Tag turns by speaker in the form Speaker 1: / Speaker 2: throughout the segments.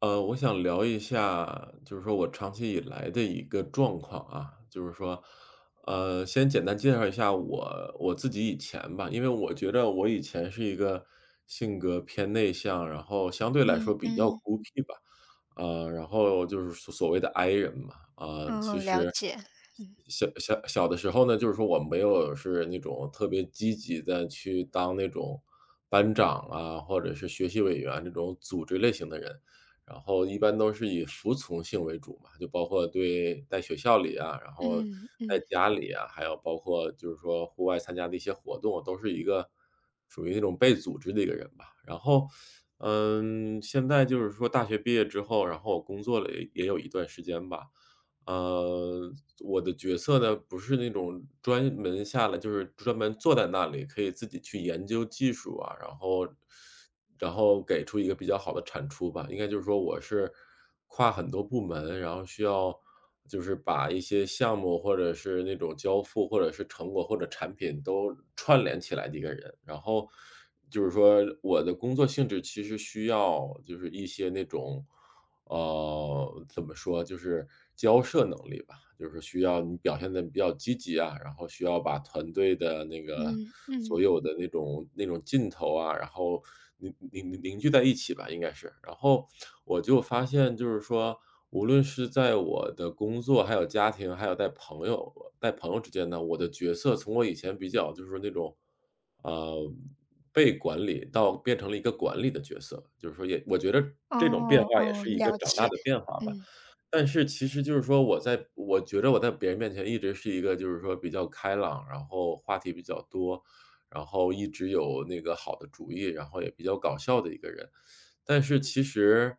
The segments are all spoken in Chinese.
Speaker 1: 我想聊一下，就是说我长期以来的一个状况啊，就是说，先简单介绍一下我自己以前吧，因为我觉得我以前是一个性格偏内向，然后相对来
Speaker 2: 嗯
Speaker 1: 说比较
Speaker 2: 嗯，
Speaker 1: 孤僻吧，然后就是所谓的 I 人嘛，啊、其
Speaker 2: 嗯，了
Speaker 1: 实
Speaker 2: 解。
Speaker 1: 小的时候呢，就是说我没有是那种特别积极的去当那种班长啊，或者是学习委员这种组织类型的人。然后一般都是以服从性为主嘛，就包括对在学校里啊，然后
Speaker 2: 嗯
Speaker 1: 在
Speaker 2: 嗯
Speaker 1: 家里啊，还有包括就是说户外参加的一些活动，都是一个属于那种被组织的一个人吧。然后，现在就是说大学毕业之后，然后我工作了也有一段时间吧，呃，我的角色呢，不是那种专门下来就是专门坐在那里，可以自己去研究技术啊，然后给出一个比较好的产出吧。应该就是说我是跨很多部门，然后需要就是把一些项目或者是那种交付，或者是成果或者产品都串联起来的一个人。然后就是说我的工作性质其实需要就是一些那种怎么说，就是交涉能力吧，就是需要你表现的比较积极啊，然后需要把团队的那个
Speaker 2: 嗯
Speaker 1: 所
Speaker 2: 嗯，
Speaker 1: 有的那种劲头啊，然后凝聚在一起吧，应该是。然后我就发现就是说，无论是在我的工作，还有家庭，还有在朋友之间呢，我的角色从我以前比较就是那种呃，被管理到变成了一个管理的角色，就是说也我觉得
Speaker 2: 哦
Speaker 1: 这种变化也
Speaker 2: 哦，
Speaker 1: 是一个
Speaker 2: 了
Speaker 1: 长大
Speaker 2: 解。
Speaker 1: 的变化吧。
Speaker 2: 嗯
Speaker 1: 但是其实就是说我在我觉得我在别人面前一直是一个就是说比较开朗，然后话题比较多，然后一直有那个好的主意，然后也比较搞笑的一个人。但是其实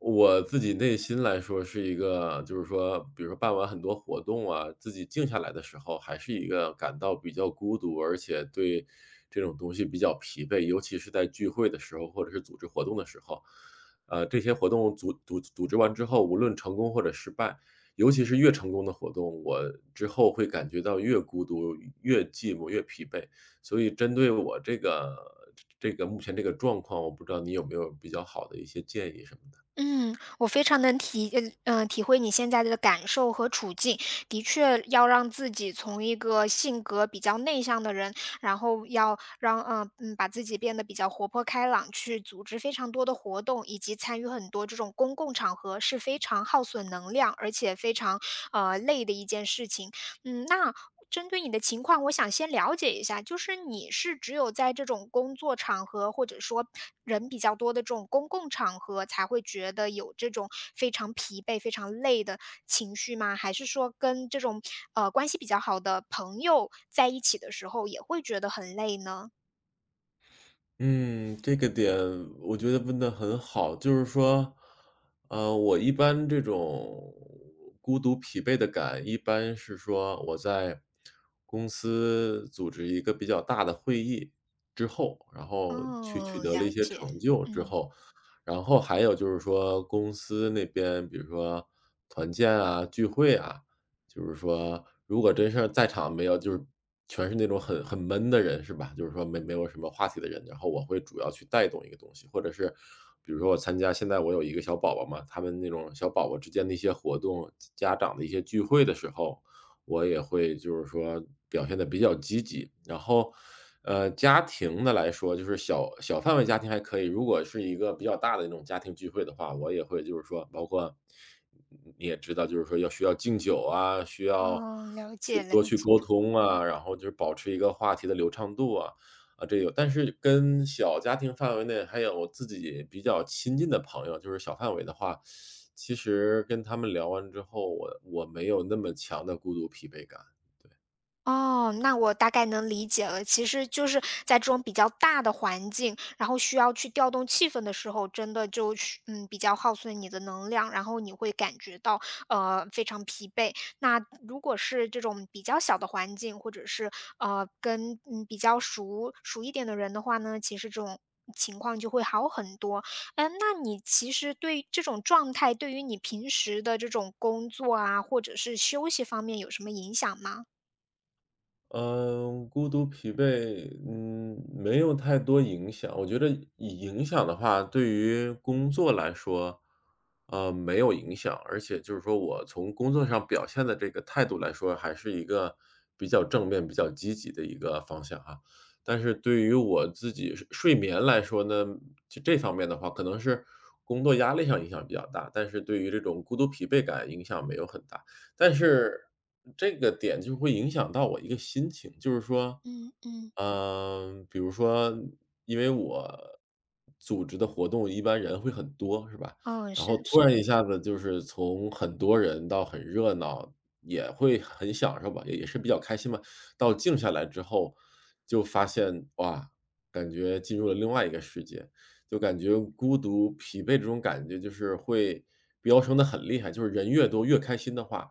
Speaker 1: 我自己内心来说是一个，就是说，比如说办完很多活动啊，自己静下来的时候，还是一个感到比较孤独，而且对这种东西比较疲惫，尤其是在聚会的时候，或者是组织活动的时候。这些活动组织完之后，无论成功或者失败，尤其是越成功的活动，我之后会感觉到越孤独、越寂寞、越疲惫。所以针对我这个目前这个状况，我不知道你有没有比较好的一些建议什么的。
Speaker 2: 嗯，我非常能体会你现在的感受和处境。的确要让自己从一个性格比较内向的人，然后要让把自己变得比较活泼开朗，去组织非常多的活动，以及参与很多这种公共场合，是非常耗损能量，而且非常，累的一件事情。那针对你的情况，我想先了解一下，就是你是只有在这种工作场合，或者说人比较多的这种公共场合，才会觉得有这种非常疲惫、非常累的情绪吗？还是说跟这种关系比较好的朋友在一起的时候，也会觉得很累呢？
Speaker 1: 嗯，这个点我觉得问的很好，就是说，我一般这种孤独疲惫的感，一般是说我在公司组织一个比较大的会议之后，然后取取
Speaker 2: 嗯，
Speaker 1: 得了一
Speaker 2: 了
Speaker 1: 些
Speaker 2: 解，
Speaker 1: 成就之
Speaker 2: 嗯，
Speaker 1: 后，然后还有就是说公司那边，比如说团建啊、聚会啊，就是说，如果真是在场没有就是全是那种很闷的人是吧？就是说没有什么话题的人，然后我会主要去带动一个东西，或者是比如说我参加现在我有一个小宝宝嘛，他们那种小宝宝之间的一些活动，家长的一些聚会的时候，我也会就是说表现的比较积极。然后，家庭的来说，就是小范围家庭还可以，如果是一个比较大的那种家庭聚会的话，我也会就是说包括你也知道，就是说要需要敬酒啊，需要
Speaker 2: 哦，了
Speaker 1: 去
Speaker 2: 解，了
Speaker 1: 多去
Speaker 2: 解，
Speaker 1: 沟通
Speaker 2: 嗯。
Speaker 1: 啊，然后就是保持一个话题的流畅度啊，啊，这有。但是跟小家庭范围内，还有我自己比较亲近的朋友，就是小范围的话，其实跟他们聊完之后，我没有那么强的孤独疲惫感，对。
Speaker 2: 哦，那我大概能理解了。其实就是在这种比较大的环境，然后需要去调动气氛的时候，真的就是比较耗损你的能量，然后你会感觉到非常疲惫。那如果是这种比较小的环境，或者是跟比较熟一点的人的话呢，其实这种情况就会好很多。那你其实对这种状态，对于你平时的这种工作啊，或者是休息方面有什么影响吗？
Speaker 1: 嗯，孤独疲惫，没有太多影响。我觉得以影响的话，对于工作来说，没有影响。而且就是说我从工作上表现的这个态度来说，还是一个比较正面、比较积极的一个方向哈。但是对于我自己睡眠来说呢，就这方面的话，可能是工作压力上影响比较大，但是对于这种孤独疲惫感影响没有很大。但是这个点就会影响到我一个心情，就是说，
Speaker 2: 嗯嗯。
Speaker 1: 比如说，因为我组织的活动一般人会很多，是吧？
Speaker 2: 哦，
Speaker 1: 然
Speaker 2: 是
Speaker 1: 后
Speaker 2: 是，
Speaker 1: 突然一下子就是从很多人到很热闹，也会很享受吧，也是比较开心嘛。到静下来之后，就发现哇，感觉进入了另外一个世界。就感觉孤独、疲惫这种感觉就是会飙升的很厉害，就是人越多越开心的话，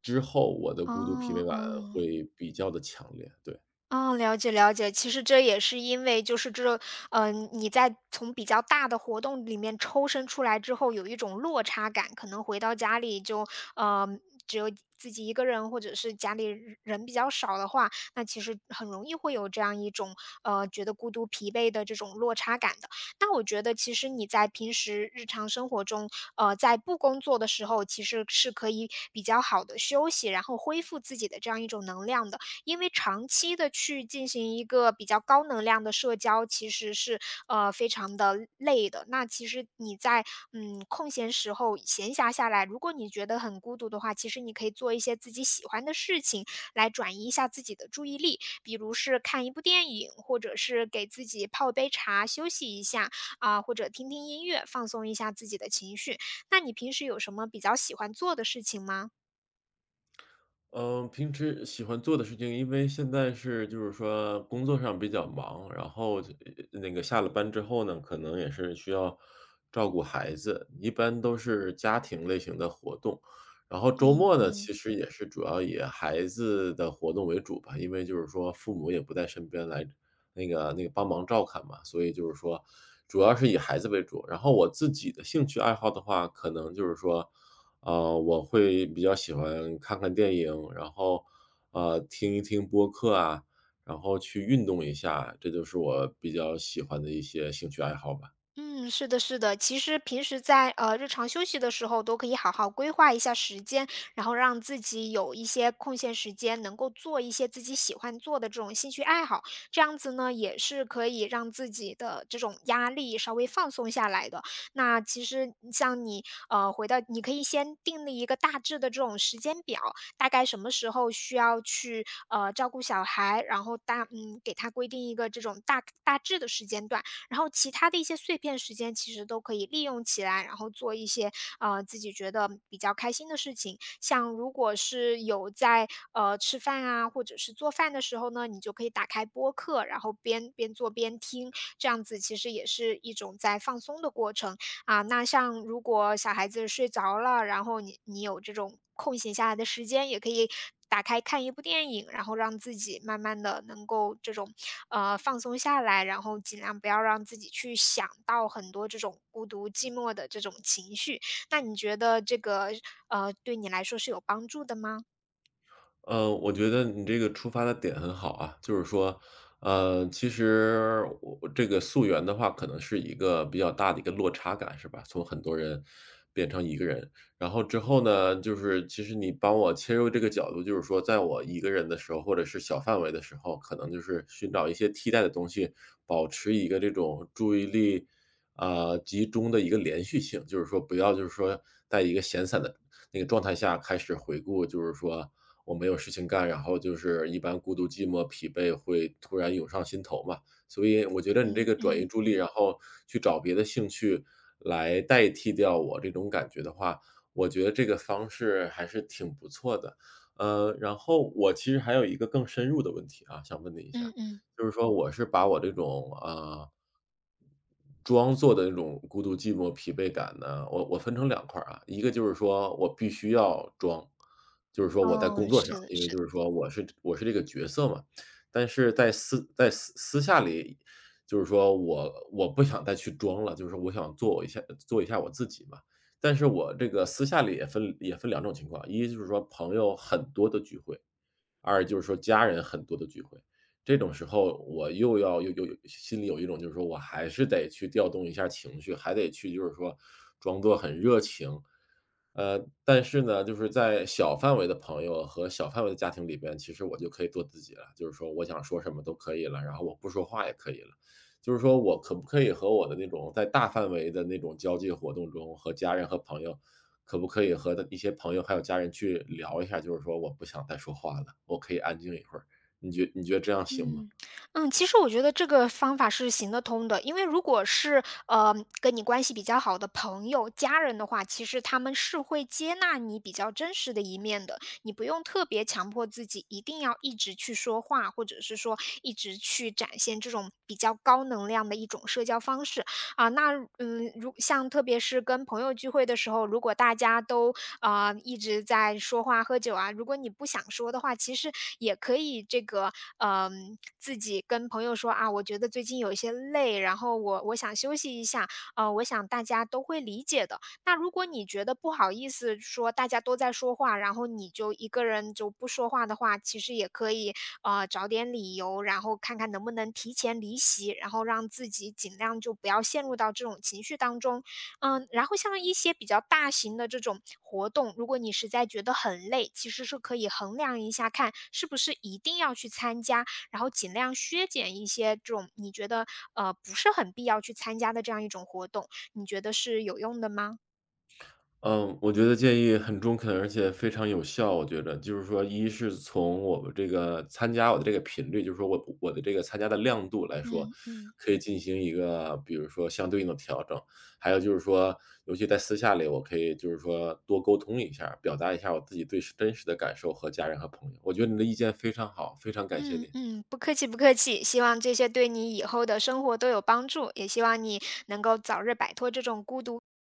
Speaker 1: 之后我的孤独疲惫
Speaker 2: 哦
Speaker 1: 感
Speaker 2: 哦。
Speaker 1: 会比较的强烈，对。
Speaker 2: 嗯，了解了解。其实这也是因为就是这，你在从比较大的活动里面抽身出来之后，有一种落差感，可能回到家里就，呃，只有自己一个人，或者是家里人比较少的话，那其实很容易会有这样一种，觉得孤独疲惫的这种落差感的。那我觉得其实你在平时日常生活中，在不工作的时候，其实是可以比较好的休息，然后恢复自己的这样一种能量的。因为长期的去进行一个比较高能量的社交，其实是，非常的累的。那其实你在，空闲时候闲暇下来，如果你觉得很孤独的话，其实你可以做一些自己喜欢的事情来转移一下自己的注意力，比如是看一部电影，或者是给自己泡杯茶休息一下，啊，或者听听音乐，放松一下自己的情绪。那你平时有什么比较喜欢做的事情吗？
Speaker 1: 嗯，平时喜欢做的事情，因为现在是就是说工作上比较忙，然后就那个下了班之后呢，可能也是需要照顾孩子，一般都是家庭类型的活动。然后周
Speaker 2: 嗯
Speaker 1: 末呢，
Speaker 2: 嗯。
Speaker 1: 其实也是主要以孩子的活动为主吧，因为就是说父母也不在身边来那个帮忙照看嘛，所以就是说主要是以孩子为主。然后我自己的兴趣爱好的话，可能就是说。我会比较喜欢看看电影，然后，听一听播客啊，然后去运动一下，这就是我比较喜欢的一些兴趣爱好吧。
Speaker 2: 嗯，是的，是的。其实平时在日常休息的时候，都可以好好规划一下时间，然后让自己有一些空闲时间，能够做一些自己喜欢做的这种兴趣爱好。这样子呢，也是可以让自己的这种压力稍微放松下来的。那其实像你回到，你可以先定立一个大致的这种时间表，大概什么时候需要去照顾小孩，然后给他规定一个这种大致的时间段。然后其他的一些碎片时间其实都可以利用起来，然后做一些自己觉得比较开心的事情。像如果是有在吃饭啊，或者是做饭的时候呢，你就可以打开播客，然后边做边听，这样子其实也是一种在放松的过程。啊，那像如果小孩子睡着了，然后你有这种空闲下来的时间，也可以打开看一部电影，然后让自己慢慢的能够这种，放松下来，然后尽量不要让自己去想到很多这种孤独、寂寞的这种情绪。那你觉得这个，对你来说是有帮助的吗？
Speaker 1: 嗯，我觉得你这个出发的点很好啊，就是说，其实我这个溯源的话，可能是一个比较大的一个落差感，是吧？从很多人变成一个人，然后之后呢，就是其实你帮我切入这个角度，就是说，在我一个人的时候，或者是小范围的时候，可能就是寻找一些替代的东西，保持一个这种注意力啊，集中的一个连续性，就是说不要就是说在一个闲散的那个状态下开始回顾，就是说我没有事情干，然后就是一般孤独、寂寞、疲惫会突然涌上心头嘛。所以我觉得你这
Speaker 2: 嗯
Speaker 1: 个转移
Speaker 2: 嗯，
Speaker 1: 注意力，然后去找别的兴趣来代替掉我这种感觉的话，我觉得这个方式还是挺不错的。然后我其实还有一个更深入的问题啊，想问你一下，
Speaker 2: 嗯嗯。
Speaker 1: 就是说我是把我这种啊。装作的那种孤独、寂寞、疲惫感呢，我分成两块儿啊。一个就是说我必须要装，就是说我在
Speaker 2: 哦，
Speaker 1: 工作上，
Speaker 2: 是的
Speaker 1: 因为
Speaker 2: 是
Speaker 1: 就
Speaker 2: 的。
Speaker 1: 是说我是这个角色嘛。但是在私下里，就是说我不想再去装了，就是我想做一下我自己嘛。但是我这个私下里也分两种情况，一就是说朋友很多的聚会，二就是说家人很多的聚会。这种时候我又要又又心里有一种就是说我还是得去调动一下情绪，还得去就是说装作很热情。但是呢，就是在小范围的朋友和小范围的家庭里边，其实我就可以做自己了，就是说我想说什么都可以了，然后我不说话也可以了。就是说我可不可以和我的那种在大范围的那种交际活动中，和家人和朋友，可不可以和的一些朋友还有家人去聊一下，就是说我不想再说话了，我可以安静一会儿。你觉得这样行吗？
Speaker 2: 嗯，嗯，其实我觉得这个方法是行得通的，因为如果是跟你关系比较好的朋友、家人的话，其实他们是会接纳你比较真实的一面的，你不用特别强迫自己一定要一直去说话，或者是说一直去展现这种比较高能量的一种社交方式啊。那如像特别是跟朋友聚会的时候，如果大家都啊，一直在说话喝酒啊。如果你不想说的话，其实也可以这个，自己跟朋友说啊，我觉得最近有一些累，然后我想休息一下，啊，我想大家都会理解的。那如果你觉得不好意思说大家都在说话，然后你就一个人就不说话的话，其实也可以，啊，找点理由，然后看看能不能提前离席，然后让自己尽量就不要陷入到这种情绪当中。然后像一些比较大型的这种活动，如果你实在觉得很累，其实是可以衡量一下，看是不是一定要去参加，然后尽量削减一些这种你觉得不是很必要去参加的这样一种活动，你觉得是有用的吗？
Speaker 1: 嗯，我觉得建议很中肯，而且非常有效。我觉得就是说，一是从我们这个参加我的这个频率，就是说我的这个参加的亮度来说，
Speaker 2: 嗯嗯。
Speaker 1: 可以进行一个比如说相对应的调整。还有就是说，尤其在私下里，我可以就是说多沟通一下，表达一下我自己最真实的感受和家人和朋友。我觉得你的意见非常好，非常感谢
Speaker 2: 嗯
Speaker 1: 你。
Speaker 2: 嗯，不客气不客气，希望这些对你以后的生活都有帮助，也希望你能够早日摆脱这种孤独